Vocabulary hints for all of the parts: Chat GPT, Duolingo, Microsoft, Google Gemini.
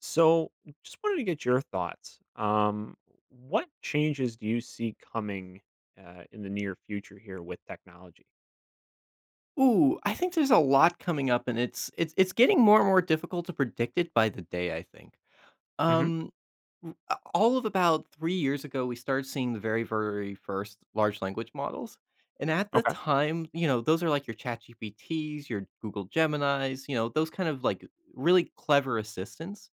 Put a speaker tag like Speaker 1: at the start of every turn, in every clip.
Speaker 1: So, just wanted to get your thoughts. What changes do you see coming in the near future here with technology?
Speaker 2: Ooh, I think there's a lot coming up, and it's getting more and more difficult to predict it by the day, I think.
Speaker 1: hmm
Speaker 2: Um all of about 3 years ago, we started seeing the very first large language models. And at the
Speaker 1: Okay.
Speaker 2: time, you know, those are like your chat GPTs, your Google Geminis, you know, those kind of like really clever assistants.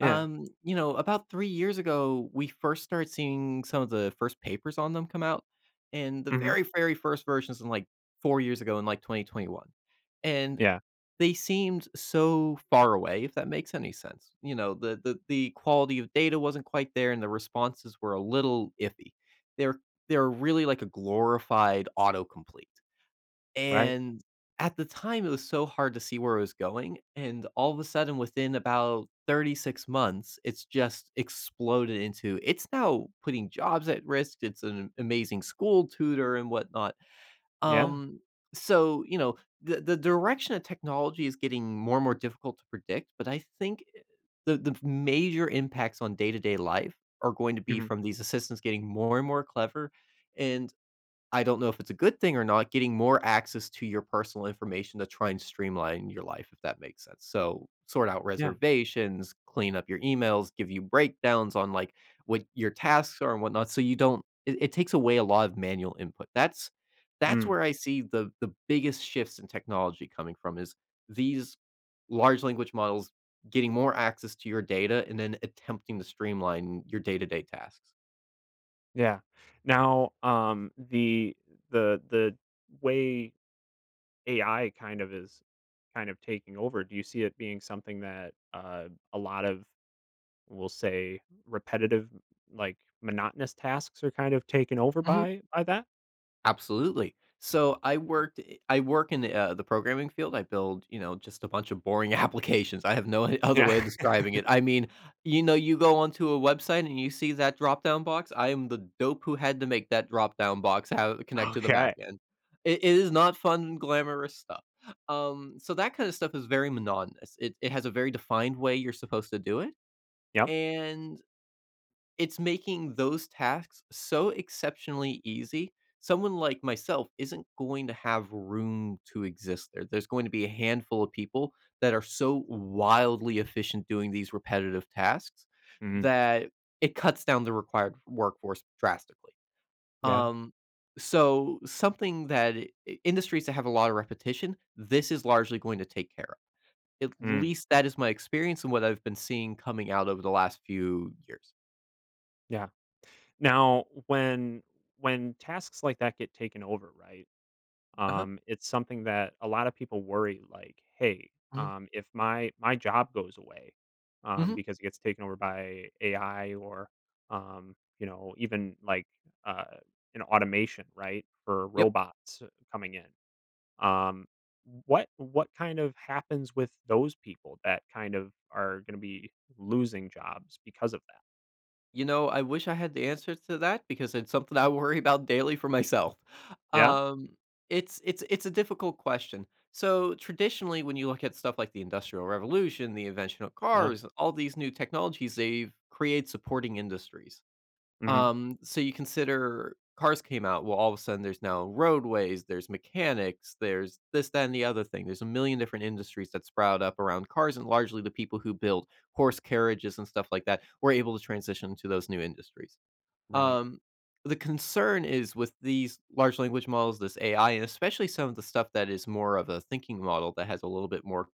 Speaker 1: Yeah.
Speaker 2: You know, about 3 years ago, we first started seeing some of the first papers on them come out, and the
Speaker 1: hmm
Speaker 2: very, very first versions in, like, 4 years ago in, like, 2021, and
Speaker 1: Yeah.
Speaker 2: they seemed so far away, if that makes any sense. You know, the the quality of data wasn't quite there, and the responses were a little iffy. They're they're really like a glorified autocomplete.
Speaker 1: Right.
Speaker 2: And at the time, it was so hard to see where it was going, and all of a sudden, within about 36 months, it's just exploded into it's now putting jobs at risk, it's an amazing school tutor and whatnot.
Speaker 1: Yeah.
Speaker 2: Um, so the direction of technology is getting more and more difficult to predict, but I think the major impacts on day-to-day life are going to be
Speaker 1: hmm
Speaker 2: from these assistants getting more and more clever, and I don't know if it's a good thing or not, getting more access to your personal information to try and streamline your life, if that makes sense. So, sort out
Speaker 1: Yeah.
Speaker 2: reservations, clean up your emails, give you breakdowns on like what your tasks are and whatnot. So you don't it, it takes away a lot of manual input. That's
Speaker 1: Mm.
Speaker 2: where I see the biggest shifts in technology coming from is these large language models getting more access to your data and then attempting to streamline your day-to-day tasks.
Speaker 1: Yeah. Now, the the way AI kind of is kind of taking over. Do you see it being something that a lot of we'll say repetitive, like monotonous tasks are kind of taken over
Speaker 2: Mhm.
Speaker 1: by that?
Speaker 2: Absolutely. So I worked I work in the programming field. I build, you know, just a bunch of boring applications. I have no other
Speaker 1: Yeah.
Speaker 2: way of describing it. I mean, you know, you go onto a website and you see that drop-down box. I am the dope who had to make that drop-down box have connect to the back
Speaker 1: Okay.
Speaker 2: end. It is not fun, glamorous stuff. So that kind of stuff is very monotonous. It has a very defined way you're supposed to do it.
Speaker 1: Yep.
Speaker 2: And it's making those tasks so exceptionally easy, someone like myself isn't going to have room to exist there. There's going to be a handful of people that are so wildly efficient doing these repetitive tasks,
Speaker 1: Mhm.
Speaker 2: that it cuts down the required workforce drastically.
Speaker 1: Yeah.
Speaker 2: Um, so something that industries that have a lot of repetition, this is largely going to take care of. At
Speaker 1: Mm.
Speaker 2: least that is my experience and what I've been seeing coming out over the last few years.
Speaker 1: Yeah. Now, when tasks like that get taken over, right?
Speaker 2: Uh-huh.
Speaker 1: It's something that a lot of people worry, like, "Hey, if my job goes away,
Speaker 2: Mhm.
Speaker 1: because it gets taken over by AI or, you know, even like uh, an automation, right, for
Speaker 2: Yep.
Speaker 1: robots coming in." Um, what kind of happens with those people that kind of are going to be losing jobs because of that?
Speaker 2: You know, I wish I had the answer to that, because it's something I worry about daily for myself.
Speaker 1: Yeah,
Speaker 2: Um, it's a difficult question. So traditionally, when you look at stuff like the Industrial Revolution, the invention of
Speaker 1: yeah,
Speaker 2: cars, all these new technologies, they've created supporting industries.
Speaker 1: hmm
Speaker 2: So you consider cars came out, well, all of a sudden there's now roadways, there's mechanics, there's this, that, and the other thing. There's a million different industries that sprout up around cars, and largely the people who build horse carriages and stuff like that were able to transition to those new industries.
Speaker 1: right,
Speaker 2: Um, the concern is with these large language models, this AI, and especially some of the stuff that is more of a thinking model that has a little bit more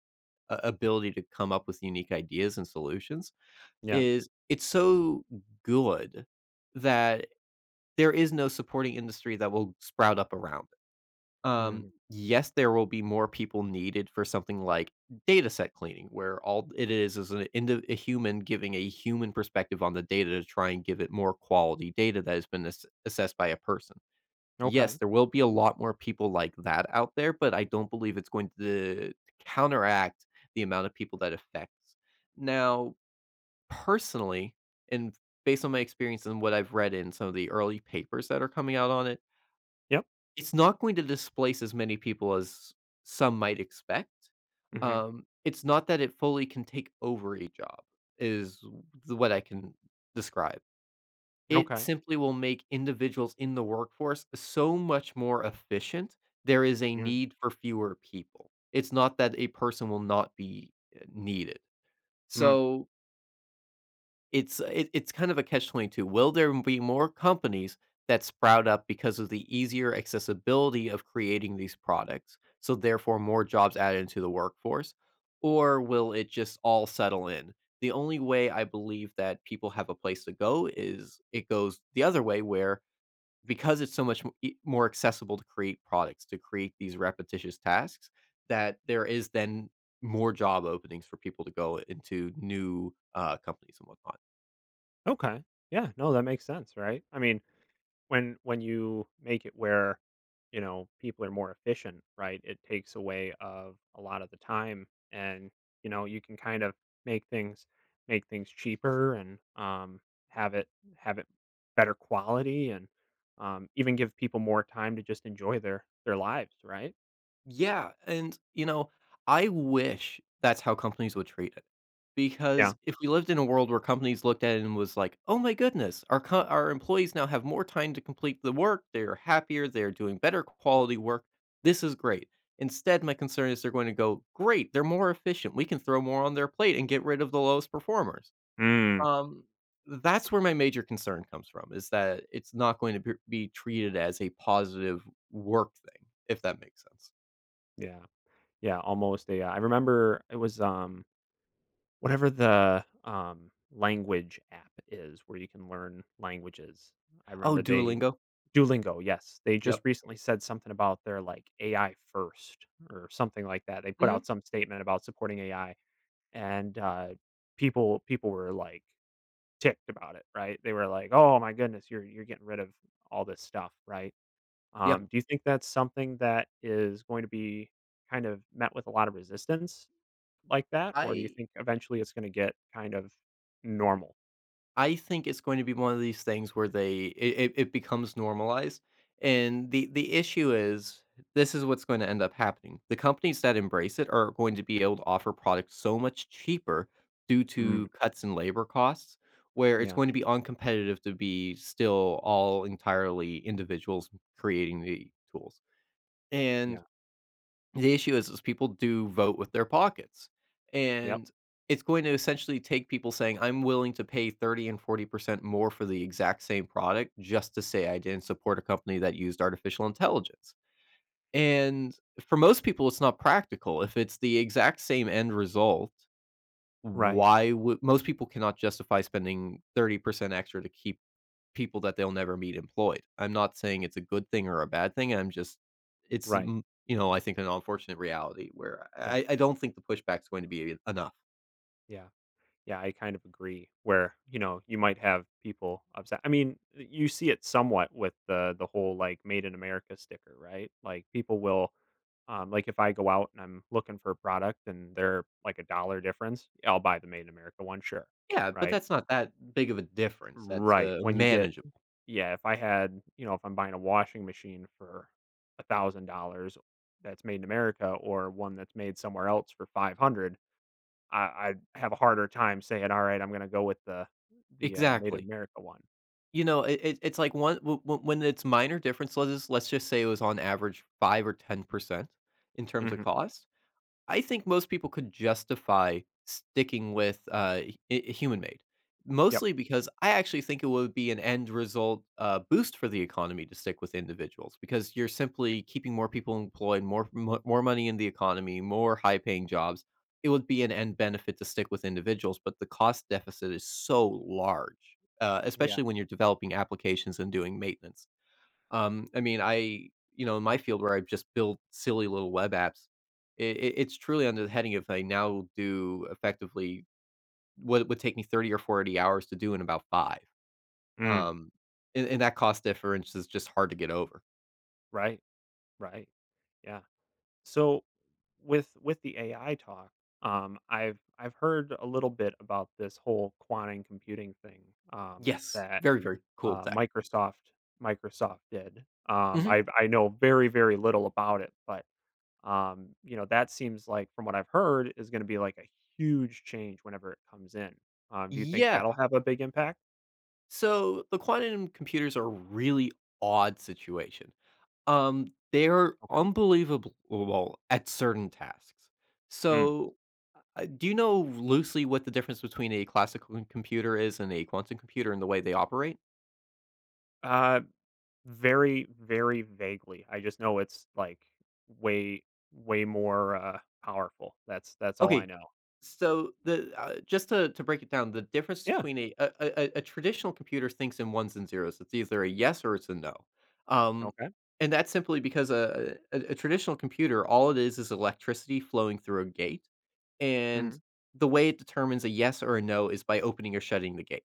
Speaker 2: ability to come up with unique ideas and solutions
Speaker 1: yeah,
Speaker 2: is it's so good that there is no supporting industry that will sprout up around it.
Speaker 1: hmm
Speaker 2: Yes, there will be more people needed for something like data set cleaning, where all it is an a human giving a human perspective on the data to try and give it more quality data that has been assessed by a person.
Speaker 1: okay,
Speaker 2: Yes, there will be a lot more people like that out there, but I don't believe it's going to counteract the amount of people that affects. Now, personally, and based on my experience and what I've read in some of the early papers that are coming out on it,
Speaker 1: yep,
Speaker 2: it's not going to displace as many people as some might expect.
Speaker 1: hmm
Speaker 2: It's not that it fully can take over a job, is what I can describe. It
Speaker 1: okay,
Speaker 2: simply will make individuals in the workforce so much more efficient. There is a
Speaker 1: mm,
Speaker 2: need for fewer people. It's not that a person will not be needed.
Speaker 1: mm,
Speaker 2: So it's it's kind of a catch-22. Will there be more companies that sprout up because of the easier accessibility of creating these products, so therefore more jobs added into the workforce? Or will it just all settle in? The only way I believe that people have a place to go is it goes the other way where, because it's so much m e more accessible to create products, to create these repetitious tasks, that there is then more job openings for people to go into new, companies and whatnot.
Speaker 1: okay, yeah. No, that makes sense, right? I mean, when you make it where, you know, people are more efficient, right? It takes away of a lot of the time, and, you know, you can kind of make things make things cheaper, and, have it have it better quality, and, even give people more time to just enjoy their lives, right?
Speaker 2: Yeah, and, you know, I wish that's how companies would treat it, because
Speaker 1: Yeah.
Speaker 2: if we lived in a world where companies looked at it and was like, "Oh my goodness, our co our employees now have more time to complete the work, they're happier, they're doing better quality work, this is great." Instead, my concern is they're going to go, "Great, they're more efficient, we can throw more on their plate and get rid of the lowest performers."
Speaker 1: Mm,
Speaker 2: Um, that's where my major concern comes from, is that it's not going to b be treated as a positive work thing, if that makes sense.
Speaker 1: yeah, yeah. Almost a, I remember it was, whatever the language app is where you can learn languages. I
Speaker 2: Oh,
Speaker 1: remember they
Speaker 2: Duolingo.
Speaker 1: Duolingo, yes. They just
Speaker 2: Yep.
Speaker 1: recently said something about their, like, AI first or something like that. They put
Speaker 2: Mhm.
Speaker 1: out some statement about supporting AI, and, people were, like, ticked about it, right? They were like, "Oh my goodness, you're getting rid of all this stuff," right?
Speaker 2: Yeah.
Speaker 1: Do you think that's something that is going to be kind of met with a lot of resistance like that, or do you
Speaker 2: I
Speaker 1: think eventually it's gonna get kind of normal?
Speaker 2: I think it's going to be one of these things where they it becomes normalized, and the issue is this is what's going to end up happening. The companies that embrace it are going to be able to offer products so much cheaper due
Speaker 1: Mm,
Speaker 2: to cuts in labor costs, where it's
Speaker 1: yeah,
Speaker 2: going to be uncompetitive to be still all entirely individuals creating the tools. And
Speaker 1: yeah,
Speaker 2: the issue is people do vote with their pockets,
Speaker 1: yep,
Speaker 2: and it's going to essentially take people saying I'm willing to pay 30 and 40% more for the exact same product just to say I didn't support a company that used artificial intelligence. And for most people it's not practical. If it's the exact same end result,
Speaker 1: right,
Speaker 2: why would most people, cannot justify spending 30% extra to keep people that they'll never meet employed. I'm not saying it's a good thing or a bad thing. I'm just it's
Speaker 1: right,
Speaker 2: you know, I think an unfortunate reality where
Speaker 1: yeah,
Speaker 2: I don't think the pushback's going to be enough.
Speaker 1: yeah. Yeah, I kind of agree where, you know, you might have people upset. I mean, you see it somewhat with the whole like made in America sticker, right? Like people will, like, if I go out and I'm looking for a product and they're like a dollar difference, I'll buy the made in America one, sure.
Speaker 2: Yeah, but
Speaker 1: Right?
Speaker 2: that's not that big of a difference. That's
Speaker 1: Right. When you get,
Speaker 2: manageable.
Speaker 1: yeah, if I had, you know, if I'm buying a washing machine for $1,000 that's made in America or one that's made somewhere else for 500, I have a harder time saying, "Alright, I'm gonna go with the Made in
Speaker 2: Exactly.
Speaker 1: America one."
Speaker 2: You know, it's like one when it's minor difference. Let's just say it was on average 5 or 10% in terms of
Speaker 1: Mhm.
Speaker 2: cost. I think most people could justify sticking with, human made,
Speaker 1: Yep.
Speaker 2: mostly because I actually think it would be an end result, boost for the economy to stick with individuals because you're simply keeping more people employed, more mo more money in the economy, more high-paying jobs. It would be an end benefit to stick with individuals, but the cost deficit is so large,
Speaker 1: Yeah.
Speaker 2: especially when you're developing applications and doing maintenance. I mean, I you know, in my field where I just build silly little web apps, it's truly under the heading of I now do effectively what would take me 30 or 40 hours to do in about five.
Speaker 1: Mm.
Speaker 2: Um, and that cost difference is just hard to get over.
Speaker 1: Right. Right. Yeah. So, with the AI talk, I've heard a little bit about this whole quantum computing thing,
Speaker 2: Yes,
Speaker 1: that,
Speaker 2: very, very cool
Speaker 1: uh,
Speaker 2: tech.
Speaker 1: Microsoft Microsoft did.
Speaker 2: Mhm.
Speaker 1: I know very, very little about it, but, you know, that seems like, from what I've heard, is going to be like a huge change whenever it comes in. Do you think
Speaker 2: Yeah.
Speaker 1: that'll have a big impact?
Speaker 2: So the quantum computers are a really odd situation. They're
Speaker 1: Okay.
Speaker 2: unbelievable at certain tasks.
Speaker 1: Mm.
Speaker 2: So do you know loosely what the difference between a classical c computer is and a quantum computer and the way they operate?
Speaker 1: Uh, very, very vaguely. I just know it's like way, way more powerful. That's all I
Speaker 2: Okay,
Speaker 1: know.
Speaker 2: so the just to break it down, the difference
Speaker 1: Yeah.
Speaker 2: between a traditional computer thinks in ones and zeros. It's either a yes or it's a no. Um,
Speaker 1: Okay.
Speaker 2: and that's simply because a traditional computer, all it is electricity flowing through a gate,
Speaker 1: hmm
Speaker 2: and the way it determines a yes or a no is by opening or shutting the gate,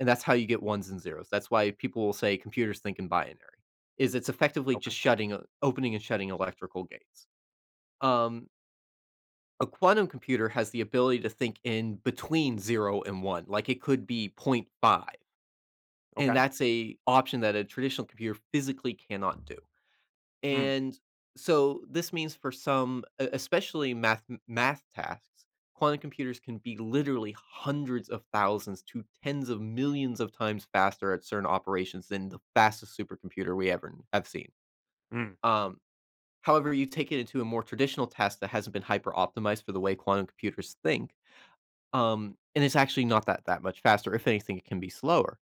Speaker 2: and that's how you get ones and zeros. That's why people will say computers think in binary. Is it's effectively
Speaker 1: Okay.
Speaker 2: just shutting, opening and shutting electrical gates. Um, a quantum computer has the ability to think in between zero and one, like it could be 0 point 0.5, and
Speaker 1: Okay.
Speaker 2: that's a option that a traditional computer physically cannot do.
Speaker 1: Mm.
Speaker 2: And so this means for some, especially math tasks, quantum computers can be literally hundreds of thousands to tens of millions of times faster at certain operations than the fastest supercomputer we have seen.
Speaker 1: Mm.
Speaker 2: Um, however, you take it into a more traditional task that hasn't been hyper optimized for the way quantum computers think, and it's actually not that much faster. If anything, it can be slower.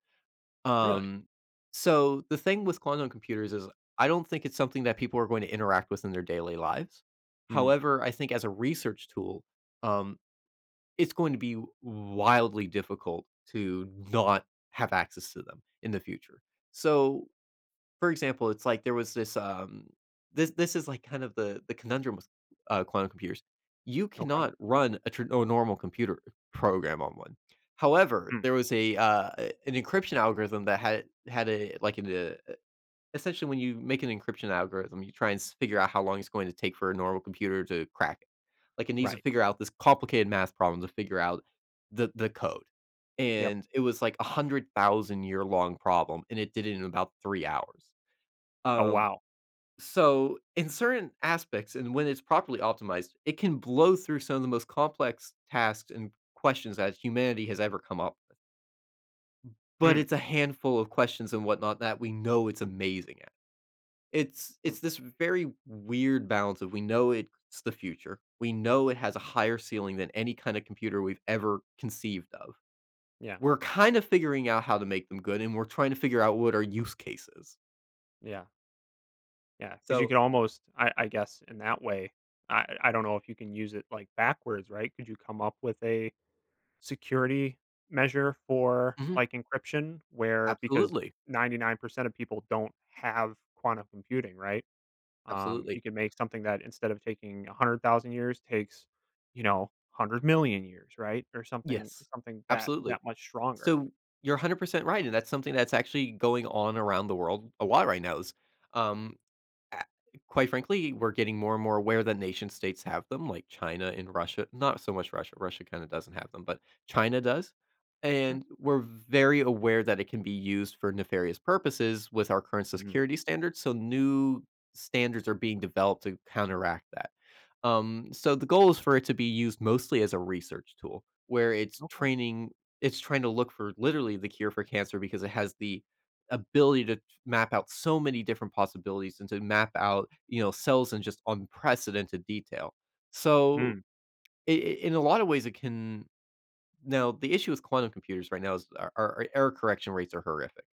Speaker 1: Really.
Speaker 2: Um, so the thing with quantum computers is I don't think it's something that people are going to interact with in their daily lives.
Speaker 1: Mm.
Speaker 2: However, I think as a research tool, um, it's going to be wildly difficult to not have access to them in the future. So for example, it's like there was this is like kind of the conundrum with quantum computers. You
Speaker 1: Okay.
Speaker 2: cannot run a, a normal computer program on one. However,
Speaker 1: Mm.
Speaker 2: there was an encryption algorithm that had a essentially when you make an encryption algorithm, you try and figure out how long it's going to take for a normal computer to crack it. Like it needs to
Speaker 1: Right.
Speaker 2: figure out this complicated math problem to figure out the code,
Speaker 1: Yep.
Speaker 2: and it was like a 100,000 year long problem, and it did it in about 3 hours.
Speaker 1: Oh
Speaker 2: um,
Speaker 1: wow.
Speaker 2: so in certain aspects and when it's properly optimized, it can blow through some of the most complex tasks and questions that humanity has ever come up with. But
Speaker 1: Mm.
Speaker 2: it's a handful of questions and whatnot that we know it's amazing at. It's
Speaker 1: Mm.
Speaker 2: it's this very weird balance of we know it's the future. We know it has a higher ceiling than any kind of computer we've ever conceived of.
Speaker 1: Yeah.
Speaker 2: We're kind of figuring out how to make them good and we're trying to figure out what our use cases.
Speaker 1: Yeah. Yeah, because you
Speaker 2: So.
Speaker 1: could almost, I guess, in that way, I don't know if you can use it, like, backwards, right? Could you come up with a security measure for,
Speaker 2: Mhm.
Speaker 1: like, encryption where, because
Speaker 2: Absolutely.
Speaker 1: 99% of people don't have quantum computing, right? You
Speaker 2: Absolutely.
Speaker 1: could make something that instead of taking 100,000 years takes, you know, 100,000,000 years, right? Or
Speaker 2: Yes,
Speaker 1: something that, that
Speaker 2: absolutely.
Speaker 1: much stronger.
Speaker 2: So you're 100% right, and that's something that's actually going on around the world a lot right now is, um, a quite frankly, we're getting more and more aware that nation states have them, like China and Russia, not so much Russia, Russia kinda doesn't have them, but China does,
Speaker 1: Sure.
Speaker 2: and we're very aware that it can be used for nefarious purposes with our current
Speaker 1: Mhm.
Speaker 2: security standards, so new standards are being developed to counteract that. So the goal is for it to be used mostly as a research tool, where it's
Speaker 1: Okay.
Speaker 2: training, it's trying to look for literally the cure for cancer because it has the ability to map out so many different possibilities and to map out, you know, cells in just unprecedented detail. So
Speaker 1: Mm,
Speaker 2: I in a lot of ways it can, now the issue with quantum computers right now is our error correction rates are horrific.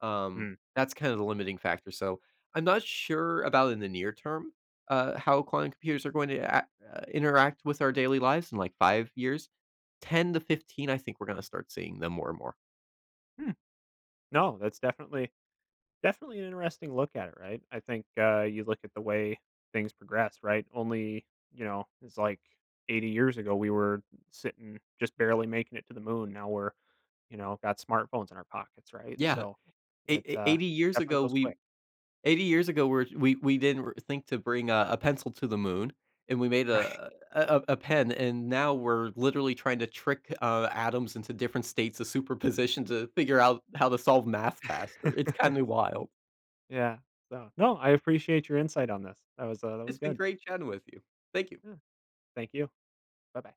Speaker 1: mm.
Speaker 2: That's kind of the limiting factor, so I'm not sure about in the near term, how quantum computers are going to act, interact with our daily lives in, like, 5 years. 10 to 15, I think we're gonna start seeing them more and more.
Speaker 1: Hmm. No, that's definitely Definitely an interesting look at it, right? I think, you look at the way things progress, right? Only, you know, it's like 80 years ago, we were sitting just barely making it to the moon. Now we're, you know, got smartphones in our pockets, right?
Speaker 2: Yeah,
Speaker 1: So
Speaker 2: ei
Speaker 1: it,
Speaker 2: ei 80 years
Speaker 1: definitely
Speaker 2: ago,
Speaker 1: goes
Speaker 2: we
Speaker 1: quick.
Speaker 2: 80 years ago, we didn't r think to bring a pencil to the moon, and we made
Speaker 1: Right?
Speaker 2: a pen, and now we're literally trying to trick, atoms into different states of superposition to figure out how to solve math faster. It's kinda wild.
Speaker 1: Yeah. So, no, I appreciate your insight on this. That was
Speaker 2: It's been
Speaker 1: good.
Speaker 2: great chatting with you. Thank you.
Speaker 1: Yeah. Thank you. Bye bye.